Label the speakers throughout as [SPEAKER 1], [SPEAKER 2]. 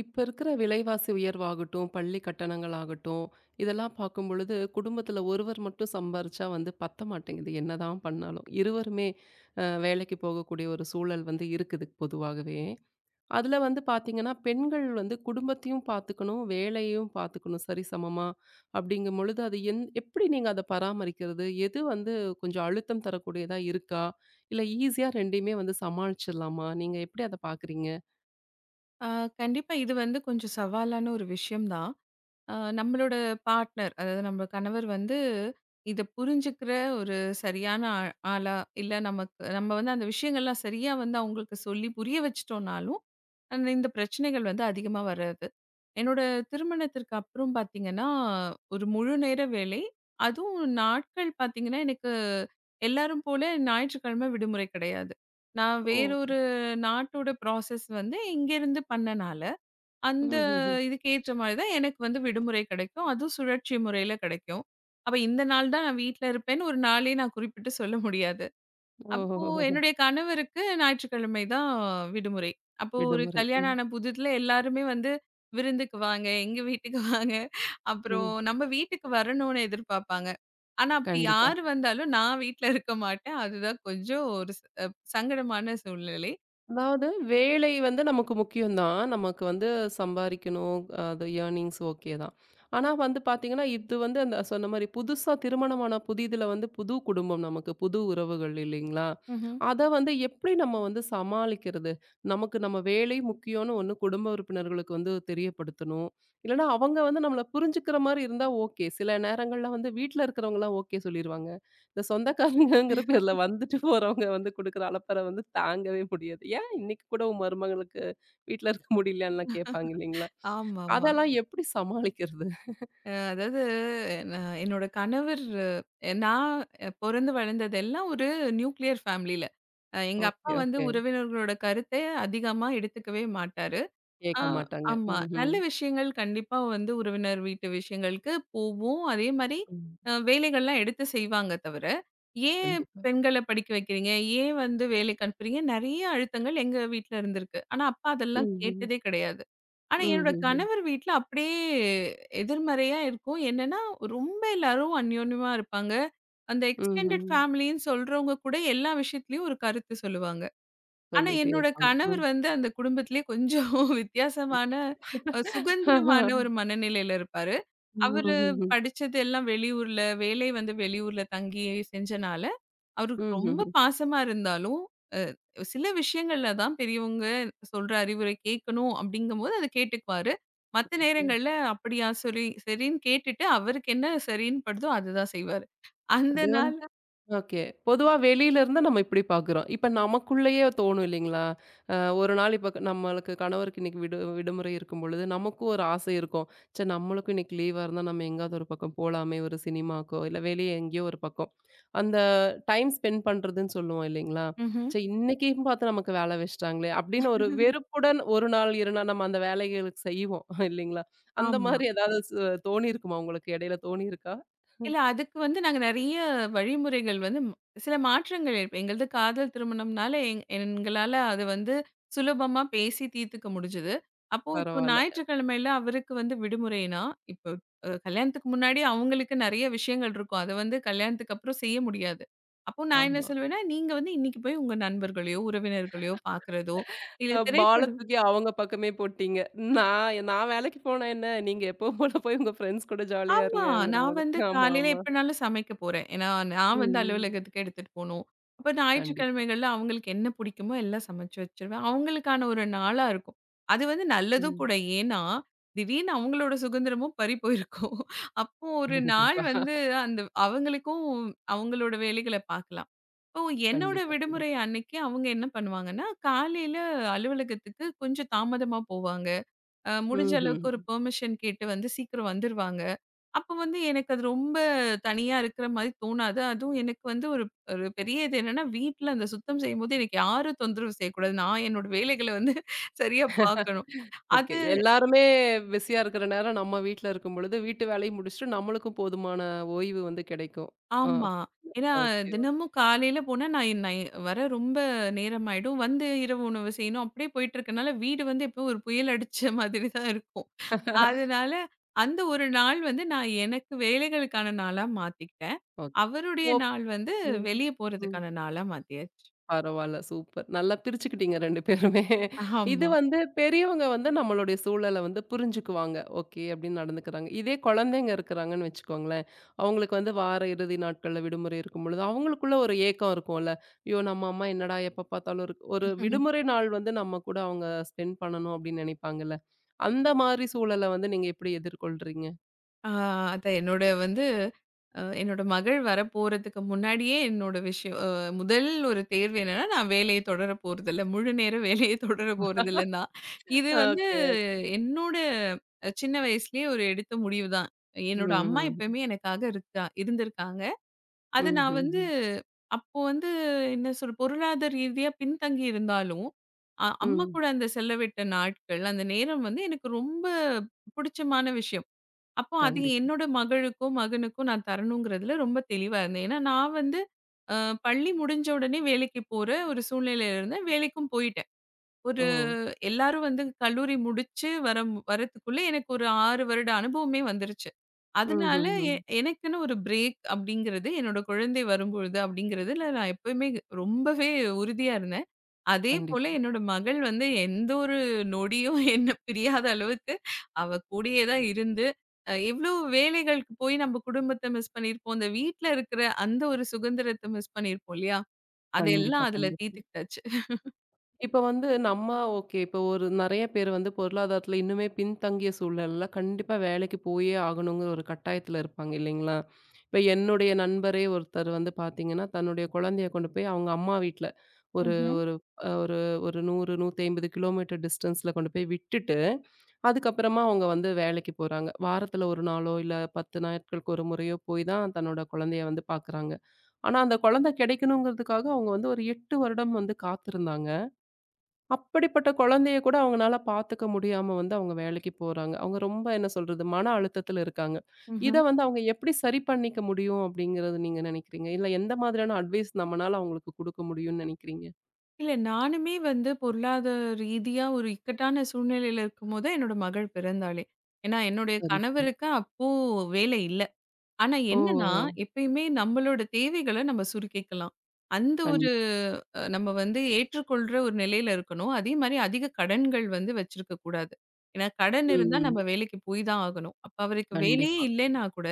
[SPEAKER 1] இப்ப இருக்கிற விலைவாசி உயர்வாகட்டும், பள்ளி கட்டணங்களாகட்டும், இதெல்லாம் பார்க்கும் பொழுது குடும்பத்துல ஒருவர் மட்டும் சம்பாரிச்சா வந்து பத்த மாட்டேங்குது. என்னதான் பண்ணாலும். இருவருமே வேலைக்கு போகக்கூடிய ஒரு சூழல் வந்து இருக்குது பொதுவாகவே. அதுல வந்து பார்த்தீங்கன்னா, பெண்கள் வந்து குடும்பத்தையும் பார்த்துக்கணும், வேலையையும் பார்த்துக்கணும் சரிசமமா. அப்படிங்கும் பொழுது அது என் எப்படி நீங்க அத பராமரிக்கிறது? எது வந்து கொஞ்சம் அழுத்தம் தரக்கூடியதா இருக்கா? இல்ல ஈஸியா 2யுமே வந்து சமாளிச்சிடலாமா? நீங்க எப்படி அத பார்க்குறீங்க?
[SPEAKER 2] ஆ, கண்டிப்பா இது வந்து கொஞ்சம் சவாலான ஒரு விஷயம் தான். நம்மளோட பார்ட்னர், அதாவது நம்ம கணவர் வந்து இத புரிஞ்சுக்கிற ஒரு சரியான ஆளா, இல்ல நமக்கு நம்ம வந்து அந்த விஷயங்கள்லாம் சரியா வந்து அவங்களுக்கு சொல்லி புரிய வச்சுட்டோம்னாலும், அந்த இந்த பிரச்சனைகள் வந்து அதிகமா வராது. என்னோட திருமணத்திற்கு அப்புறம் பார்த்தீங்கன்னா, ஒரு முழு நேர வேலை. அதுவும் நாட்கள் பார்த்தீங்கன்னா, எனக்கு எல்லாரும் போல ஞாயிற்றுக்கிழமை விடுமுறை கிடையாது. நான்
[SPEAKER 1] ஓ!
[SPEAKER 2] வேறொரு நாட்டோட ப்ராசஸ் வந்து இங்கேருந்து பண்ணனால, அந்த
[SPEAKER 1] ம்ஹ்ஹ்ம்.
[SPEAKER 2] இதுக்கு ஏற்ற மாரி தான் எனக்கு வந்து விடுமுறை கிடைக்கும். அதுவும் சுழற்சி முறையில கிடைக்கும். அப்ப இந்த நாள் தான் நான் வீட்ல இருப்பேன்னு ஒரு நாளே நான் குறிப்பிட்டு சொல்ல முடியாது. அப்போ
[SPEAKER 1] ஓஹோஹோ!
[SPEAKER 2] என்னுடைய கணவருக்கு ஞாயிற்றுக்கிழமை தான் விடுமுறை. அப்போ ஒரு
[SPEAKER 1] விடுமுறை.
[SPEAKER 2] கல்யாணம்
[SPEAKER 1] ம்,
[SPEAKER 2] ஆன புதிதுல எல்லாருமே வந்து விருந்துக்கு வாங்க, எங்க வீட்டுக்கு வாங்க, அப்புறம்
[SPEAKER 1] ம்.
[SPEAKER 2] நம்ம வீட்டுக்கு வரணும்னு எதிர்பார்ப்பாங்க. ஆனா அப்படி
[SPEAKER 1] கண்டிப்பா.
[SPEAKER 2] யாரு வந்தாலும் நான் வீட்ல இருக்க மாட்டேன். அதுதான் கொஞ்சம் ஒரு ச சங்கடமான சூழ்நிலை.
[SPEAKER 1] அதாவது வேலை வந்து நமக்கு முக்கியம் தான். நமக்கு வந்து சம்பாரிக்கணும். அது ஏர்னிங்ஸ் ஓகே தான். ஆனா வந்து பார்த்தீங்கன்னா, இது வந்து அந்த சொன்ன மாரி புதுசா திருமணமான புதிதில வந்து புது குடும்பம் நமக்கு, புது உறவுகள் இல்லைங்களா?
[SPEAKER 2] ம்ஹ்ம்.
[SPEAKER 1] அத வந்து எப்படி நம்ம வந்து சமாளிக்கிறது? நமக்கு நம்ம வேலை முக்கியம்னு ஒண்ணு குடும்ப உறுப்பினர்களுக்கு வந்து தெரியப்படுத்தணும். இல்லன்னா அவங்க வந்து நம்மள புரிஞ்சுக்கிற மாரி இருந்தா ஓகே. சில நேரங்கள்ல வந்து வீட்ல இருக்கிறவங்கலாம் ஓகே சொல்லிருவாங்க. இந்த சொந்தக்காரங்கங்கிற பேர்ல வந்துட்டு போறவங்க வந்து குடுக்குற அலப்பறை வந்து தாங்கவே முடியாது. ஏன் இன்னைக்கு கூட உன் மருமகளுக்கு வீட்ல இருக்க முடியலையான்லாம் கேட்பாங்க இல்லைங்களா?
[SPEAKER 2] ஆமாமா.
[SPEAKER 1] அதெல்லாம் எப்படி சமாளிக்கிறது?
[SPEAKER 2] அதாவது நான் என்னோட கணவர் நான் பொறந்து வளர்ந்தது எல்லாம் ஒரு நியூக்ளியர் ஃபேமிலில. எங்க அப்பா
[SPEAKER 1] ஓகே,
[SPEAKER 2] வந்து
[SPEAKER 1] ஓகே.
[SPEAKER 2] உறவினர்களோட கருத்தை அதிகமா எடுத்துக்கவே மாட்டாரு.
[SPEAKER 1] கேட்க
[SPEAKER 2] ஆ,
[SPEAKER 1] மாட்டாங்க.
[SPEAKER 2] ஆமா.
[SPEAKER 1] ம்ஹ்ம்.
[SPEAKER 2] நல்ல விஷயங்கள் கண்டிப்பா வந்து உறவினர் வீட்டு விஷயங்களுக்கு போவோம். அதே மாரி
[SPEAKER 1] ம்.
[SPEAKER 2] வேலைகள்லாம் எடுத்து செய்வாங்க தவிர, "ஏன்
[SPEAKER 1] கண்டிப்பா.
[SPEAKER 2] பெண்கள படிக்க வைக்கிறீங்க? ஏன் வந்து வேலைக்கு அனுப்புறீங்க?" நெறைய அழுத்தங்கள் எங்க வீட்ல இருந்திருக்கு. ஆனா, அப்பா அதெல்லாம்
[SPEAKER 1] ம்ஹ்ம்.
[SPEAKER 2] கேட்டதே கிடையாது. ஆனா, என்னோட
[SPEAKER 1] ம்ஹ்ஹ்ம்.
[SPEAKER 2] கணவர் வீட்ல அப்படியே எதிர்மறையா இருக்கும். என்னன்னா, ரொம்ப எல்லாரும் அந்யோன்யமா இருப்பாங்க. அந்த எக்ஸ்டெண்டட்
[SPEAKER 1] ம்ஹ்ம்.
[SPEAKER 2] ஃபேமிலின்னு சொல்றவங்க கூட எல்லா விஷயத்துலயும் ஒரு கருத்து சொல்லுவாங்க. ஆனா
[SPEAKER 1] சொல்லிட்டே
[SPEAKER 2] என்னோட
[SPEAKER 1] இருப்பாங்க.
[SPEAKER 2] கணவர்
[SPEAKER 1] ம்.
[SPEAKER 2] வந்து அந்த குடும்பத்திலேயே கொஞ்சம் வித்தியாசமான சுதந்திரமான ஒரு மனநிலையில இருப்பாரு. அவரு
[SPEAKER 1] ம்ஹ்ஹ்ம்.
[SPEAKER 2] படிச்சது எல்லாம் வெளியூர்ல, வேலை வந்து வெளியூர்ல தங்கி செஞ்சனால, அவருக்கு ரொம்ப
[SPEAKER 1] ம்ஹ்ஹ்ம்.
[SPEAKER 2] பாசமா இருந்தாலும், அ சில விஷயங்கள்ல தான் பெரியவங்க சொல்ற அறிவுரை கேட்கணும் அப்படிங்கும்போது அத கேட்டுக்குவாரு. மத்த
[SPEAKER 1] ஓகே.
[SPEAKER 2] நேரங்கள்ல அப்படியா சரி சரின்னு கேட்டுட்டு அவருக்கு என்ன சரின்னு படுதோ அதுதான் செய்வாரு. அந்த
[SPEAKER 1] அது
[SPEAKER 2] நாள்.
[SPEAKER 1] வந்து ஓகே. பொதுவா வெளியில இருந்து நம்ம இப்படி பார்க்குறோம். இப்ப நமக்குள்ளேயே தோணும் இல்லைங்களா? அ ஒரு நாள் இப்ப நம்மளுக்கு கணவருக்கு இன்னைக்கு விடுமுறை இருக்கும் பொழுது, நமக்கும் ஒரு ஆசை இருக்கும். ச்சே! நம்மளுக்கும் இன்னைக்கு லீவா இருந்தா நம்ம எங்கேயாவது ஒரு பக்கம் போலாமே! ஒரு சினிமாக்கோ, இல்ல வெளிய எங்கேயோ ஒரு பக்கம். அந்த டைம் ஸ்பெண்ட் பண்றதுன்னு சொல்லுவோம் இல்லைங்களா?
[SPEAKER 2] ம்ஹ்ம்.
[SPEAKER 1] ச்சே! இன்னைக்கும் பார்த்து நமக்கு வேலை வச்சுட்டாங்களே! அப்படின்னு ஒரு வெறுப்புடன் 1 நாள், 2 நாள் நம்ம அந்த வேலைகளுக்கு செய்வோம் இல்லைங்களா? அந்த
[SPEAKER 2] ஆமா.
[SPEAKER 1] மாரி ஏதாவது தோணியிருக்குமா உங்களுக்கு? இடையில தோணியிருக்கா?
[SPEAKER 2] இல்ல அதுக்கு வந்து நாங்க நெறைய வழிமுறைகள் வந்து சில மாற்றங்கள் இப்ப எங்களது காதல் திருமணம்னால எங்களால அது வந்து சுலபமா பேசி தீர்த்துக்க முடிஞ்சது. அப்போ இப்போ
[SPEAKER 1] பரவால்ல.
[SPEAKER 2] ஞாயிற்றுக்கிழமையில அவருக்கு வந்து விடுமுறைனா, இப்போ கல்யாணத்துக்கு முன்னாடி அவங்களுக்கு நெறைய விஷயங்கள் இருக்கும். அத வந்து கல்யாணத்துக்கு அப்புறம் செய்ய முடியாது. அப்போ நான் என்ன
[SPEAKER 1] ஆமா.
[SPEAKER 2] சொல்வேன்னா, நீங்க வந்து இன்னைக்கு போய் உங்க நண்பர்களையோ, உறவினர்களையோ பார்க்கிறதோ, இல்ல
[SPEAKER 1] பால
[SPEAKER 2] திரைப்பட
[SPEAKER 1] தூக்கி அவங்க பக்கமே போட்டீங்க. நான் நான் வேலைக்கு போனா என்ன? நீங்க எப்பவும் போல போய் உங்க ஃப்ரெண்ட்ஸ் கூட ஜாலியா
[SPEAKER 2] ஆமா.
[SPEAKER 1] இருங்கங்கிற
[SPEAKER 2] நான்
[SPEAKER 1] மாதிரி.
[SPEAKER 2] வந்து
[SPEAKER 1] ஆமா,
[SPEAKER 2] காலையில
[SPEAKER 1] ஆமா.
[SPEAKER 2] எப்பனாலும் சமைக்க போறேன். ஏன்னா, நான்
[SPEAKER 1] ம்,
[SPEAKER 2] வந்து
[SPEAKER 1] ம்.
[SPEAKER 2] அலுவலகத்துக்கு எடுத்துட்டு போணும். அப்ப
[SPEAKER 1] கண்டிப்பா.
[SPEAKER 2] ஞாயிற்றுக்கிழமைகள்ல அவங்களுக்கு என்ன பிடிக்குமோ எல்லாம் சமைச்சு வச்சுருவேன். அவங்களுக்கான ஒரு நாளா இருக்கும். அது வந்து நல்லதும்
[SPEAKER 1] ம்.
[SPEAKER 2] கூட. ஏன்னா, திடீர்னு அவங்களோட சுதந்திரமும் பறி போயிருக்கும். அப்போ ஒரு நாள்
[SPEAKER 1] கண்டிப்பா.
[SPEAKER 2] வந்து அந்த அவங்களுக்கும் அவங்களோட வேலைகள பார்க்கலாம். இப்போ என்னோட
[SPEAKER 1] கண்டிப்பா, கண்டிப்பா.
[SPEAKER 2] விடுமுறை அன்னைக்கு அவங்க என்ன பண்ணுவாங்கன்னா, காலையில அலுவலகத்துக்கு கொஞ்சம் தாமதமா போவாங்க. முடிஞ்ச
[SPEAKER 1] ம்ஹ்ம்.
[SPEAKER 2] அளவுக்கு ஒரு பெர்மிஷன் கேட்டு வந்து சீக்கிரம் வந்துருவாங்க. அப்ப வந்து எனக்கு அது ரொம்ப தனியா இருக்கிற மாரி தோணாது. அதுவும் எனக்கு வந்து ஒரு ஒரு பெரிய இது என்னன்னா, வீட்ல அந்த சுத்தம் செய்யும்போது எனக்கு யாரும் தொந்தரவு செய்யக்கூடாது. நான் என்னோட வேலைகள வந்து சரியா பார்க்கணும்.
[SPEAKER 1] ஓகே.
[SPEAKER 2] அது
[SPEAKER 1] எல்லாருமே பிஸியா இருக்கிற நேரம் நம்ம வீட்ல இருக்கும்பொழுது, வீட்டு வேலைய முடிச்சுட்டு நம்மளுக்கும் போதுமான ஓய்வு வந்து கிடைக்கும். ஆ
[SPEAKER 2] ஆமா. ஏன்னா
[SPEAKER 1] ஓகே, ஓகே.
[SPEAKER 2] தினமும் காலையில போனா நான் என் நை வர ரொம்ப நேரமாயிடும். வந்து இரவு உணவு செய்யணும். அப்படியே போயிட்டு இருக்கனால வீடு வந்து எப்பவும் ஒரு புயல் அடிச்ச மாதிரி தான் இருக்கும். அதனால அந்த ஒரு நாள் வந்து நான் எனக்கு வேலைகளுக்கான நாளா மாத்திக்கிட்டேன். அவருடைய
[SPEAKER 1] ஓகே.
[SPEAKER 2] நாள் வந்து
[SPEAKER 1] ம்.
[SPEAKER 2] வெளிய
[SPEAKER 1] ம்.
[SPEAKER 2] போறதுக்கான நாளா மாத்தியாச்சு.
[SPEAKER 1] பரவால்ல. சூப்பர். நல்லா பிரிச்சுக்கிட்டீங்க 2 பேருமே. இது
[SPEAKER 2] ஆமா.
[SPEAKER 1] வந்து பெரியவங்க வந்து நம்மளுடைய சூழல வந்து புரிஞ்சுக்குவாங்க. ஓகே அப்படின்னு நடந்துக்கிறாங்க. இதே குழந்தைங்க இருக்கிறாங்கன்னு வச்சுக்கோங்களேன், அவங்களுக்கு வந்து வார இறுதி நாட்கள்ல விடுமுறை இருக்கும் பொழுது, அவங்களுக்குள்ள ஒரு ஏக்கம் இருக்கும்ல. ஐயோ! நம்ம அம்மா என்னடா எப்ப பார்த்தாலும் இருக்கு ஒரு விடுமுறை நாள் வந்து நம்ம கூட அவங்க ஸ்பெண்ட் பண்ணணும் அப்படின்னு நினைப்பாங்கல்ல. அந்த மாரி சூழல வந்து நீங்க எப்படி எதிர்கொள்றீங்க?
[SPEAKER 2] ஆ, அதான் என்னோட வந்து என்னோட மகள் வரப்போறதுக்கு முன்னாடியே என்னோட விஷயம் முதல் ஒரு தேர்வு என்னன்னா, நான் வேலைய தொடர போறதில்ல. முழு நேர வேலைய தொடர போறதில்லன்னு தான். இது வந்து
[SPEAKER 1] ஓகே.
[SPEAKER 2] என்னோட சின்ன வயசுலயே ஒரு எடுத்த முடிவு தான். என்னோட அம்மா
[SPEAKER 1] ம்.
[SPEAKER 2] எப்பயுமே எனக்காக இருந்திருக்காங்க. அது
[SPEAKER 1] ம்.
[SPEAKER 2] நான்
[SPEAKER 1] ம்.
[SPEAKER 2] வந்து
[SPEAKER 1] ம்.
[SPEAKER 2] அப்போ வந்து என்ன சொல்ற பொருளாதார ரீதியா பின்தங்கி இருந்தாலும், அம்மா
[SPEAKER 1] ம்.
[SPEAKER 2] கூட அந்த செலவிட்ட நாட்கள், அந்த நேரம் வந்து எனக்கு ரொம்ப புடிச்சமான விஷயம். அப்போ அது
[SPEAKER 1] கண்டிப்பா.
[SPEAKER 2] என்னோட மகளுக்கும், மகனுக்கும் நான் தரணுங்கிறதுல ரொம்ப தெளிவா இருந்தேன். ஏன்னா, நான் வந்து அ பள்ளி முடிஞ்ச உடனே வேலைக்கு போற ஒரு சூழ்நிலையில இருந்தேன். வேலைக்கும் போயிட்டேன். ஒரு
[SPEAKER 1] ஓ!
[SPEAKER 2] எல்லாரும் வந்து கல்லூரி முடிச்சு வரம் வரதுக்குள்ள எனக்கு ஒரு 6 வருட அனுபவமே வந்துருச்சு.
[SPEAKER 1] ம்.
[SPEAKER 2] அதனால
[SPEAKER 1] ம். ம்.
[SPEAKER 2] எ எனக்குன்னு ஒரு பிரேக் அப்படிங்கிறது, என்னோட குழந்தை வரும்பொழுது அப்படிங்கிறதுல நான் எப்பயுமே ரொம்பவே உறுதியா இருந்தேன். அதே போல
[SPEAKER 1] கண்டிப்பா.
[SPEAKER 2] என்னோட மகள் வந்து எந்த ஒரு நொடியும் என்ன பிரியாத அளவுக்கு அவ கூடயே தான் இருந்து, எவ்ளோ வேலைகளுக்கு போய் நம்ம குடும்பத்த மிஸ் பண்ணியிருப்போம். இந்த வீட்ல இருக்கிற அந்த ஒரு சுதந்திரத்த மிஸ் பண்ணியிருப்போம் இல்லையா? அதெல்லாம்
[SPEAKER 1] கண்டிப்பா,
[SPEAKER 2] அதுல
[SPEAKER 1] கண்டிப்பா.
[SPEAKER 2] தீர்த்துக்கிட்டாச்சு.
[SPEAKER 1] இப்ப வந்து நம்ம ஓகே. இப்ப ஒரு நெறைய பேர் வந்து பொருளாதாரத்துல இன்னுமே பின்தங்கிய சூழல்ல கண்டிப்பா வேலைக்கு போயே ஆகணுங்கிற ஒரு கட்டாயத்துல இருப்பாங்க இல்லைங்களா? இப்ப என்னுடைய நண்பரே ஒருத்தர் வந்து பார்த்தீங்கன்னா, தன்னுடைய குழந்தைய கொண்டு போய் அவங்க அம்மா வீட்ல ஒரு
[SPEAKER 2] ம்ஹ்ம்.
[SPEAKER 1] ஒரு அ ஒரு ஒரு 100, 150 கிலோமீட்டர் டிஸ்டன்ஸ்ல கொண்டு போய் விட்டுட்டு, அதுக்கப்புறமா அவங்க வந்து வேலைக்கு போறாங்க. வாரத்துல 1 நாளோ, இல்ல 10 நாட்களுக்கு ஒரு முறையோ போய் தான் தன்னோட குழந்தைய வந்து பார்க்குறாங்க. ஆனா, அந்த குழந்தை கிடைக்கணுங்கிறதுக்காக அவங்க வந்து ஒரு 8 வருடம் வந்து காத்திருந்தாங்க. அப்படிப்பட்ட குழந்தைய கூட அவங்கனால பார்த்துக்க முடியாம வந்து அவங்க வேலைக்கு போறாங்க. அவங்க ரொம்ப என்ன சொல்றது, மன அழுத்தத்தில இருக்காங்க. இத
[SPEAKER 2] ம்ஹ்ம்.
[SPEAKER 1] வந்து அவங்க எப்படி சரி பண்ணிக்க முடியும் அப்படிங்கிறது நீங்க நினைக்கிறீங்க? இல்ல எந்த மாதிரியான அட்வைஸ் நம்மனால அவங்களுக்கு குடுக்க முடியும்னு நினைக்கிறீங்க?
[SPEAKER 2] இல்ல நானுமே வந்து பொருளாதார ரீதியா ஒரு இக்கட்டான சூழ்நிலையில இருக்கும்போது என்னோட மகள் பிறந்தாளே! ஏன்னா என்னுடைய
[SPEAKER 1] சரி.
[SPEAKER 2] கணவருக்கு அப்போ வேலை இல்ல. ஆனா
[SPEAKER 1] ஓ!
[SPEAKER 2] என்னன்னா, எப்பயுமே நம்மளோட தேவைகள நம்ம சுருக்கிக்கலாம். அந்த
[SPEAKER 1] கண்
[SPEAKER 2] ஒரு நம்ம வந்து ஏற்றுக்கொள்ற ஒரு நிலையில இருக்கணும். அதே மாரி அதிக கடன்கள் வந்து வச்சிருக்க கூடாது. ஏன்னா கடன்
[SPEAKER 1] ம்.
[SPEAKER 2] இருந்தா
[SPEAKER 1] ம்.
[SPEAKER 2] நம்ம வேலைக்கு போய் தான் ஆகணும். அப்ப அவருக்கு வேலையே
[SPEAKER 1] கண்டிப்பா.
[SPEAKER 2] இல்லைன்னா கூட,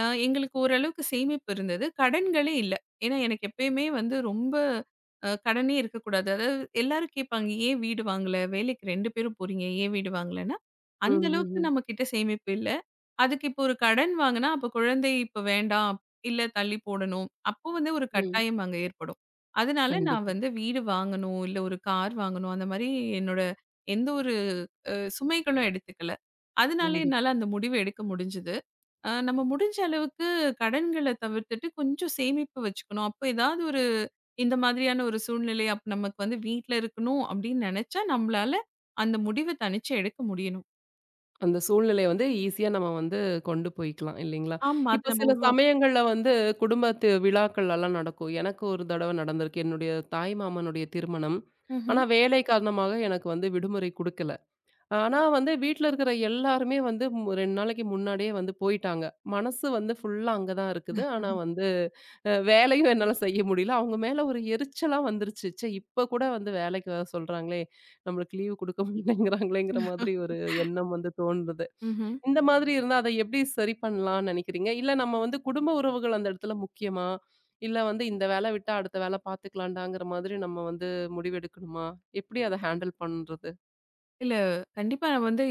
[SPEAKER 2] எங்களுக்கு ஓரளவுக்கு சேமிப்பு இருந்தது. கடன்களே இல்ல. ஏன்னா எனக்கு எப்பயுமே வந்து ரொம்ப கடனே இருக்கக்கூடாது. அதாவது எல்லாரும் கேட்பாங்க, "ஏன் வீடு வாங்கல? வேலைக்கு 2 பேரும் போறீங்க. ஏன் வீடு வாங்கலன்னா?"
[SPEAKER 1] ம்.
[SPEAKER 2] அந்த
[SPEAKER 1] ம்.
[SPEAKER 2] அளவுக்கு
[SPEAKER 1] ம்.
[SPEAKER 2] நம்ம கிட்ட சேமிப்பு இல்ல. அதுக்கு இப்போ ஒரு கடன் வாங்குனா, அப்ப குழந்தை இப்ப வேண்டாம், இல்ல தள்ளி போடணும். அப்போ வந்து ஒரு
[SPEAKER 1] ம்.
[SPEAKER 2] கட்டாயம் அங்க ஏற்படும். அதனால நான்
[SPEAKER 1] கண்டிப்பா.
[SPEAKER 2] வந்து வீடு வாங்கணும், இல்ல ஒரு கார் வாங்கணும், அந்த மாரி என்னோட எந்த ஒரு சுமைகளும் எடுத்துக்கல. அதனாலே
[SPEAKER 1] கண்டிப்பா.
[SPEAKER 2] என்னால அந்த முடிவு எடுக்க முடிஞ்சது. நம்ம முடிஞ்ச அளவுக்கு கடன்கள தவிர்த்துட்டு கொஞ்சம் சேமிப்பு வச்சுக்கணும். அப்போ ஏதாவது ஒரு இந்த மாதிரியான ஒரு சூழ்நிலை அப்ப நமக்கு வந்து வீட்ல இருக்கணும் அப்படின்னு நெனச்சா, நம்மளால அந்த முடிவ தனிச்சு எடுக்க முடியணும்.
[SPEAKER 1] அந்த சூழ்நிலைய வந்து ஈஸியா நம்ம வந்து கொண்டு போய்க்கலாம் இல்லைங்களா?
[SPEAKER 2] ஆமா. அத
[SPEAKER 1] இப்ப
[SPEAKER 2] நம்ம
[SPEAKER 1] சில
[SPEAKER 2] உருவாக்கணும்.
[SPEAKER 1] சமயங்கள்ல வந்து குடும்பத்து விழாக்கள்லாம் நடக்கும். எனக்கு ஒரு தடவ நடந்திருக்கு. என்னுடைய தாய் மாமனுடைய திருமணம். ஆனா
[SPEAKER 2] ம்ஹ்ம்.
[SPEAKER 1] வேலை காரணமாக எனக்கு வந்து விடுமுறை குடுக்கல. ஆனா வந்து வீட்ல இருக்கிற எல்லாருமே வந்து 2 நாளைக்கு முன்னாடியே வந்து போயிட்டாங்க. மனசு வந்து ஃபுல்லா அங்க தான் இருக்குது. ஆனா வந்து வேலையும் என்னால செய்ய முடியல. அவங்க மேல ஒரு எரிச்சலா வந்துருச்சு. ச்சே! இப்ப கூட வந்து வேலைக்கு வர சொல்றாங்களே! நம்மளுக்கு லீவ் குடுக்க மாட்டேங்கிறாங்களேங்கிற மாதிரி ஒரு எண்ணம் வந்து தோன்றுது.
[SPEAKER 2] ம்ஹ்ம்.
[SPEAKER 1] இந்த மாதிரி இருந்தா அத எப்படி சரி பண்ணலாம்னு நினைக்கிறீங்க? இல்ல நம்ம வந்து குடும்ப உறவுகள் அந்த இடத்துல முக்கியமா? இல்ல வந்து இந்த வேல விட்டா அடுத்த வேல பார்த்துக்கலாம்டாங்கிற மாதிரி நம்ம வந்து முடிவெடுக்கணுமா? எப்படி அத ஹேண்டில் பண்றது?
[SPEAKER 2] இல்ல. கண்டிப்பா நான் வந்து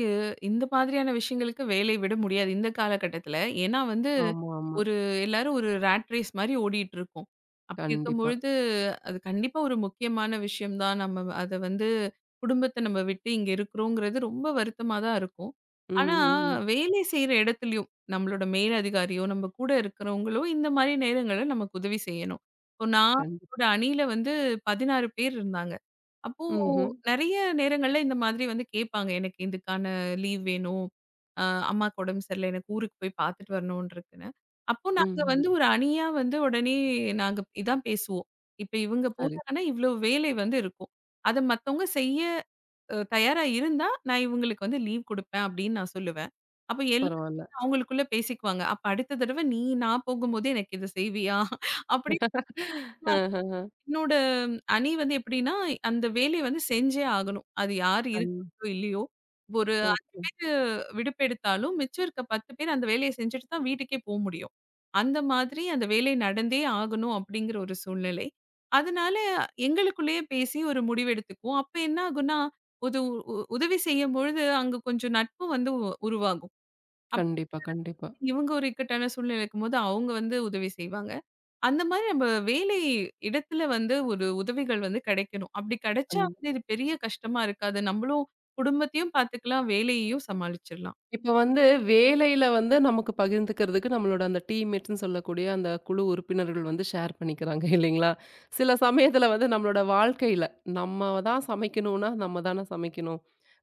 [SPEAKER 2] இந்த மாதிரியான விஷயங்களுக்கு வேலைய விட முடியாது இந்த காலகட்டத்தில. ஏன்னா வந்து
[SPEAKER 1] ஆமா, ஆமா.
[SPEAKER 2] ஒரு எல்லாரும் ஒரு ராட் ரேஸ் மாரி ஓடிட்டு இருக்கோம். அப்படி
[SPEAKER 1] கண்டிப்பா.
[SPEAKER 2] இருக்கும்பொழுது அது கண்டிப்பா ஒரு முக்கியமான விஷயம் தான். நம்ம அத வந்து குடும்பத்த நம்ம விட்டு இங்க இருக்கிறோங்கிறது ரொம்ப வருத்தமா தான் இருக்கும்.
[SPEAKER 1] ம்,
[SPEAKER 2] ஆனா
[SPEAKER 1] ம், ம்.
[SPEAKER 2] வேலை செய்ற இடத்துலயும் நம்மளோட மேல் அதிகாரியோ, நம்ம கூட இருக்கிறவங்களோ இந்த மாரி நேரங்கள்ல நமக்கு உதவி செய்யணும். இப்போ நான்
[SPEAKER 1] கண்டிப்
[SPEAKER 2] என்னோட அணியில வந்து 16 பேர் இருந்தாங்க. அப்போ
[SPEAKER 1] ம்ஹ்ம்.
[SPEAKER 2] நெறைய நேரங்கள்ல இந்த மாதிரி வந்து கேட்பாங்க. எனக்கு இதுக்கான லீவ் வேணும். அ அம்மாக்கு உடம்பு சரியில்ல. எனக்கு ஊருக்கு போய் பார்த்துட்டு வரணும்னு இருக்குன்னு. அப்போ நாங்க
[SPEAKER 1] ம்ஹ்ம்.
[SPEAKER 2] வந்து ஒரு அணியா வந்து உடனே நாங்க இதான் பேசுவோம். இப்ப இவங்க
[SPEAKER 1] சரி.
[SPEAKER 2] போறாங்கன்னா, இவ்ளோ வேலை வந்து இருக்கும். அத மத்தவங்க செய்ய தயாரா இருந்தா, நான் இவங்களுக்கு வந்து லீவ் குடுப்பேன் அப்படின்னு நான் சொல்லுவேன். அப்ப எல்லாரும்
[SPEAKER 1] பரவால்ல.
[SPEAKER 2] அவங்களுக்குள்ள பேசிக்குவாங்க. அப்ப அடுத்த தடவ நீ நான் போகும்போது எனக்கு இத செய்வியா? அப்படி
[SPEAKER 1] அஹஹ.
[SPEAKER 2] என்னோட அணி வந்து எப்படின்னா, அந்த வேலைய வந்து செஞ்சே ஆகணும். அது யார்
[SPEAKER 1] கண்
[SPEAKER 2] இருக்காங்களோ இல்லையோ, ஒரு 5
[SPEAKER 1] ஓகே.
[SPEAKER 2] பேரு விடுப்பெடுத்தாலும், மிச்சம் இருக்க 10 பேர் அந்த வேலைய செஞ்சுட்டு தான் வீட்டுக்கே போ முடியும். அந்த மாதிரி அந்த வேலை நடந்தே ஆகணும் அப்படிங்கிற ஒரு சூழ்நிலை. அதனால எங்களுக்குள்ளேயே பேசி ஒரு முடிவெடுத்துக்குவோம். அப்ப என்ன ஆகும்னா, உது உ உதவி செய்யும்பொழுது அங்க கொஞ்சம் நட்பு வந்து உருவாகும். அப்ப
[SPEAKER 1] கண்டிப்பா, கண்டிப்பா.
[SPEAKER 2] இவங்க ஒரு இக்கட்டான சூழ்நிலை இருக்கும்போது அவங்க வந்து உதவி செய்வாங்க. அந்த மாரி நம்ம வேலை இடத்துல வந்து ஒரு உதவிகள் வந்து கிடைக்கணும். அப்படி
[SPEAKER 1] கண்
[SPEAKER 2] கிடைச்சா வந்து இது பெரிய கஷ்டமா இருக்காது. நம்மளும் குடும்பத்தையும் பார்த்துக்கலாம், வேலையையும் சமாளிச்சிடலாம்.
[SPEAKER 1] இப்ப வந்து வேலையில வந்து நமக்கு பகிர்ந்துக்கிறதுக்கு நம்மளோட அந்த டீம்மேட்ஸ்ன்னு சொல்லக்கூடிய அந்த குழு உறுப்பினர்கள் வந்து ஷேர் பண்ணிக்கிறாங்க இல்லைங்களா? சில சமயத்துல வந்து நம்மளோட வாழ்க்கையில நம்ம தான் சமைக்கணும்னா, நம்ம தானே சமைக்கணும்.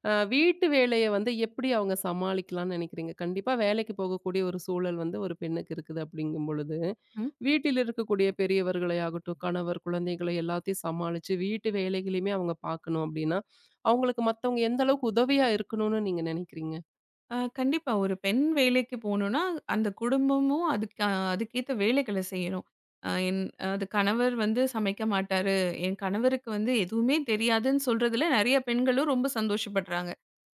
[SPEAKER 1] வீட்டு வேலைய வந்து எப்படி அவங்க சமாளிக்கலாம்ன்னு நினைக்கிறீங்க? கண்டிப்பா வேலைக்கு போகக்கூடிய ஒரு சூழல் வந்து ஒரு பெண்ணுக்கு இருக்குது அப்படிங்கும் பொழுது,
[SPEAKER 2] ம்.
[SPEAKER 1] வீட்டில் இருக்கக்கூடிய பெரியவர்களை ஆகட்டும், கணவர், குழந்தைகளை எல்லாத்தையும் சமாளிச்சு வீட்டு வேலைகளையுமே அவங்க பார்க்கணும் அப்படின்னா, அவங்களுக்கு மத்தவங்க எந்த அளவுக்கு உதவியா இருக்கணும்னு நீங்க நினைக்கிறீங்க?
[SPEAKER 2] கண்டிப்பா ஒரு பெண் வேலைக்கு போணும்னா, அந்த குடும்பமும் அதுக்கு அதுக்கேத்த வேலைகள செய்யணும். அ என் அது கணவர் வந்து சமைக்க மாட்டாரு, என் கணவருக்கு வந்து எதுவுமே தெரியாதுன்னு சொல்றதுல நெறைய பெண்களும் ரொம்ப சந்தோஷப்படுறாங்க.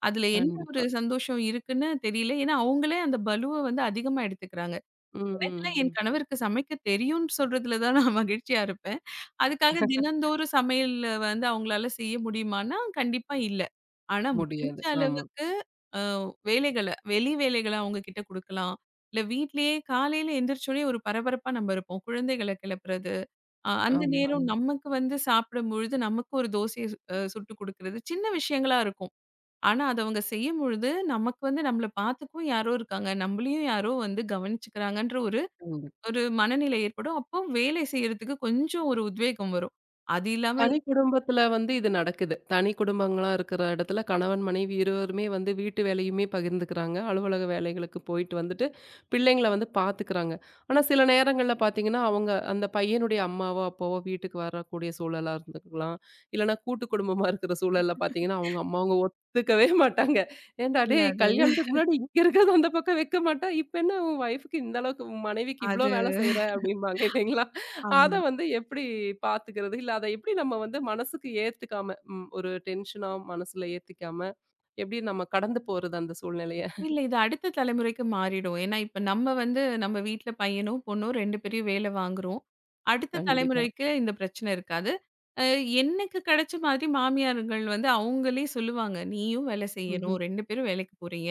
[SPEAKER 2] அதுல என்ன ஒரு
[SPEAKER 1] கண்டிப்பா.
[SPEAKER 2] சந்தோஷம் இருக்குன்னு தெரியல. ஏன்னா, அவங்களே அந்த பலுவ வந்து அதிகமா எடுத்துக்கிறாங்க.
[SPEAKER 1] ம்.
[SPEAKER 2] நேரத்துல என்
[SPEAKER 1] ம்.
[SPEAKER 2] கணவருக்கு சமைக்க தெரியும்ன்னு சொல்றதுல தான் நான் மகிழ்ச்சியா இருப்பேன். அதுக்காக தினந்தோறும் சமையல் வந்து அவங்களால செய்ய முடியுமான்னா, கண்டிப்பா இல்ல. ஆனா
[SPEAKER 1] முடியாது.
[SPEAKER 2] முடிஞ்ச
[SPEAKER 1] ஆமா.
[SPEAKER 2] அளவுக்கு அ வேலைகள வெளி வேலைகள அவங்க கிட்ட குடுக்கலாம். இல்ல வீட்லயே காலையில எந்திரிச்ச உடனே ஒரு பரபரப்பா நம்ம இருப்போம். குழந்தைகள கிளப்புறது, அந்த
[SPEAKER 1] ஆமா.
[SPEAKER 2] நேரம் நமக்கு வந்து சாப்பிடும்பொழுது நமக்கு ஒரு தோசைய சு அ சுட்டு குடுக்குறது, சின்ன விஷயங்களா இருக்கும். ஆனா அத அவங்க செய்யும்பொழுது, நமக்கு வந்து நம்மள பார்த்துக்கவும் யாரோ இருக்காங்க. நம்மளையும் யாரோ வந்து கவனிச்சுக்கிறாங்கன்ற ஒரு
[SPEAKER 1] கண்டிப்பா.
[SPEAKER 2] ஒரு மனநிலை ஏற்படும். அப்போ வேலை செய்யறதுக்கு கொஞ்சம் ஒரு உத்வேகம் வரும். அது இல்லாம
[SPEAKER 1] தனி குடும்பத்துல வந்து இது நடக்குது. தனி குடும்பங்களா இருக்கிற இடத்துல கணவன், மனைவி இருவருமே வந்து வீட்டு வேலையுமே பகிர்ந்துக்கிறாங்க. அலுவலக வேலைகளுக்கு போயிட்டு வந்துட்டு, பிள்ளைங்கள வந்து பார்த்துக்கிறாங்க. ஆனா சில நேரங்கள்ல பார்த்தீங்கன்னா, அவங்க அந்த பையனுடைய அம்மாவோ, அப்பாவோ வீட்டுக்கு வரக்கூடிய சூழலா இருந்துக்கலாம். இல்லன்னா கூட்டு குடும்பமா இருக்கிற சூழல்ல பார்த்தீங்கன்னா, அவங்க அம்மா அவங்க ஒத்துக்கவே மாட்டாங்க. "ஏன்டா
[SPEAKER 2] இல்ல
[SPEAKER 1] டேய்!
[SPEAKER 2] அது
[SPEAKER 1] கல்யாணத்துக்கு முன்னாடி இங்க இருக்கிறத அந்த பக்கம் வைக்க மாட்டா, இப்ப என்ன உன் ஒய்ஃப்‌க்கு இந்த அளவுக்கு உன் மனைவிக்கு இவ்ளோ
[SPEAKER 2] அது
[SPEAKER 1] வேலை செய்ற" அப்படிம்பாங்க இல்லைங்களா? அத
[SPEAKER 2] ஆமா.
[SPEAKER 1] வந்து எப்படி பாத்துக்கிறது? இல்ல அத எப்படி நம்ம வந்து மனசுக்கு ஏத்துக்காம, ஒரு டென்ஷனா மனசுல ஏத்திக்காம, எப்படி நம்ம கடந்து போறது அந்த சூழ்நிலைய?
[SPEAKER 2] இல்ல இது அடுத்த தலைமுறைக்கு மாறிடும். ஏன்னா, இப்ப நம்ம வந்து நம்ம வீட்ல பையனோ, பொண்ணோ 2 பேரையும் வேலை வாங்குறோம். அடுத்த
[SPEAKER 1] கண்டிப்பா.
[SPEAKER 2] தலைமுறைக்கு இந்த பிரச்சனை இருக்காது. அ எனக்கு கிடைச்ச மாதிரி மாமியார்கள் வந்து அவங்களே சொல்லுவாங்க. "நீயும் வேலை செய்யணும்.
[SPEAKER 1] ம்ஹ்ம்.
[SPEAKER 2] 2 பேரும் வேலைக்கு போறீங்க.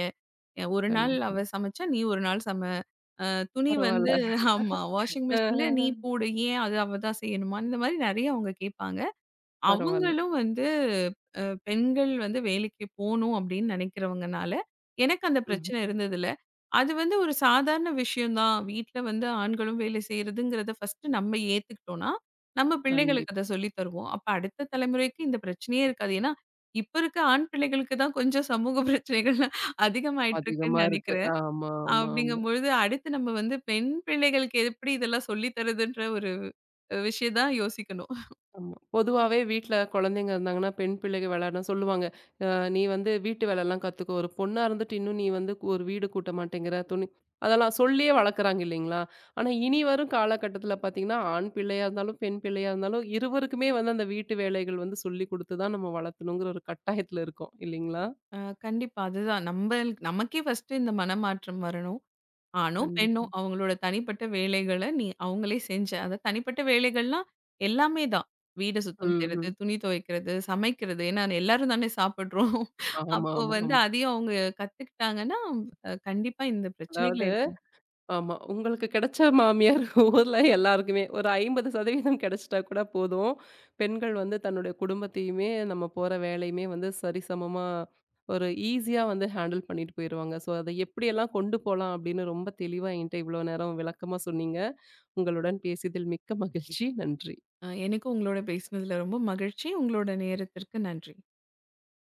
[SPEAKER 2] ஒரு நாள்
[SPEAKER 1] கண்டிப்பா.
[SPEAKER 2] அவ சமைச்சா, நீ ஒரு நாள் சமைக்கணும்." அ துணி
[SPEAKER 1] பரவால்ல.
[SPEAKER 2] வந்து ஆமா. வாஷிங் மிஷின்ல நீ
[SPEAKER 1] அ
[SPEAKER 2] போடு. ஏன் அது அவ தான் செய்யணுமா? இந்த மாரி நெறைய அவங்க கேட்பாங்க.
[SPEAKER 1] பரவால்ல.
[SPEAKER 2] அவங்களும் வந்து பெண்கள் வந்து வேலைக்கு போணும் அப்படின்னு நெனைக்கிறவங்கனால, எனக்கு அந்த பிரச்சனை
[SPEAKER 1] ம்ஹ்ம்.
[SPEAKER 2] இருந்ததில்ல. அது வந்து ஒரு சாதாரண விஷயம் தான். வீட்ல வந்து ஆண்களும் வேலை செய்றதுங்கிறத ஃபர்ஸ்ட்டு நம்ம ஏத்துக்கிட்டோம்னா, நம்ம பிள்ளைகளுக்கு அத
[SPEAKER 1] கண்டிப்பா.
[SPEAKER 2] சொல்லி தருவோம். அப்ப அடுத்த தலைமுறைக்கு இந்த பிரச்சனையே இருக்காது. ஏன்னா, இப்ப இருக்க ஆண் பிள்ளைகளுக்கு தான் கொஞ்சம் சமூக பிரச்சனைகள் அதிகமாயிட்டு
[SPEAKER 1] அதிகமா
[SPEAKER 2] இருக்குன்னு
[SPEAKER 1] இருக்கு.
[SPEAKER 2] நெனைக்கிறேன்.
[SPEAKER 1] ஆமா, ஆமா, ஆமா.
[SPEAKER 2] அப்படிங்கும்பொழுது, அடுத்து நம்ம வந்து பெண் பிள்ளைகளுக்கு எப்படி இதெல்லாம் சொல்லி தர்றதுன்ற ஒரு விஷயம் தான் யோசிக்கணும்.
[SPEAKER 1] ஆமா. பொதுவாவே வீட்ல குழந்தைங்க இருந்தாங்கன்னா, பெண் பிள்ளைக விளையாட சொல்லுவாங்க. அ "நீ வந்து வீட்டு வேலைலாம் கத்துக்கோ. ஒரு பொண்ணா இருந்துட்டு இன்னும் நீ வந்து ஒரு வீடு கூட்ட மாட்டேங்கிற, துணி" அதெல்லாம் சொல்லியே வளர்க்குறாங்க இல்லைங்களா? ஆனா இனி வரும் காலகட்டத்தில பார்த்தீங்கன்னா, ஆண் பிள்ளையா இருந்தாலும், பெண் பிள்ளையா இருந்தாலும் இருவருக்குமே வந்து அந்த வீட்டு வேலைகள் வந்து சொல்லிக் குடுத்து தான் நம்ம வளர்த்தணுங்கிற ஒரு கட்டாயத்தில இருக்கோம் இல்லைங்களா?
[SPEAKER 2] ஆ, கண்டிப்பா. அதுதான் நம்பல் நமக்கே ஃபர்ஸ்ட்டு இந்த மனமாற்றம் வரணும். ஆணோ, பெண்ணோ
[SPEAKER 1] கண்டிப்பா.
[SPEAKER 2] அவங்களோட தனிப்பட்ட வேலைகள நீ அவங்களே செஞ்சு அத தனிப்பட்ட வேலைகள்னா எல்லாமே தான். வீடு சுத்தம்
[SPEAKER 1] ம்,
[SPEAKER 2] செய்றது,
[SPEAKER 1] ம்.
[SPEAKER 2] துணி துவைக்கிறது, சமைக்கிறது. ஏன்னா எல்லாரும் தானே சாப்பிடுறோம்.
[SPEAKER 1] ஆமா,
[SPEAKER 2] அப்போ
[SPEAKER 1] ஆமா, ஆமா.
[SPEAKER 2] வந்து அதையும் அவங்க கத்துக்கிட்டாங்கன்னா, கண்டிப்பா இந்த பிரச்சனைகள
[SPEAKER 1] அதாவது
[SPEAKER 2] இருக்கும்.
[SPEAKER 1] ஆமா. உங்களுக்கு கிடைச்ச மாமியார் ஊர்ல எல்லாருக்குமே ஒரு 50% கிடைச்சிட்டா கூட போதும். பெண்கள் வந்து தன்னுடைய குடும்பத்தையுமே, நம்ம போற வேலையுமே வந்து சரிசமமா ஒரு ஈஸியா வந்து ஹேண்டில் பண்ணிட்டு போயிருவாங்க. ஸோ அத எப்படியெல்லாம் கொண்டு போலாம் அப்படின்னு ரொம்ப தெளிவா என்கிட்ட இவ்வளோ நேரம் விளக்கமா சொன்னீங்க. உங்களுடன் பேசியதில் மிக்க மகிழ்ச்சி. நன்றி.
[SPEAKER 2] எனக்கும் உங்களோட பேசினதுல ரொம்ப மகிழ்ச்சி. உங்களோட நேரத்திற்கு நன்றி.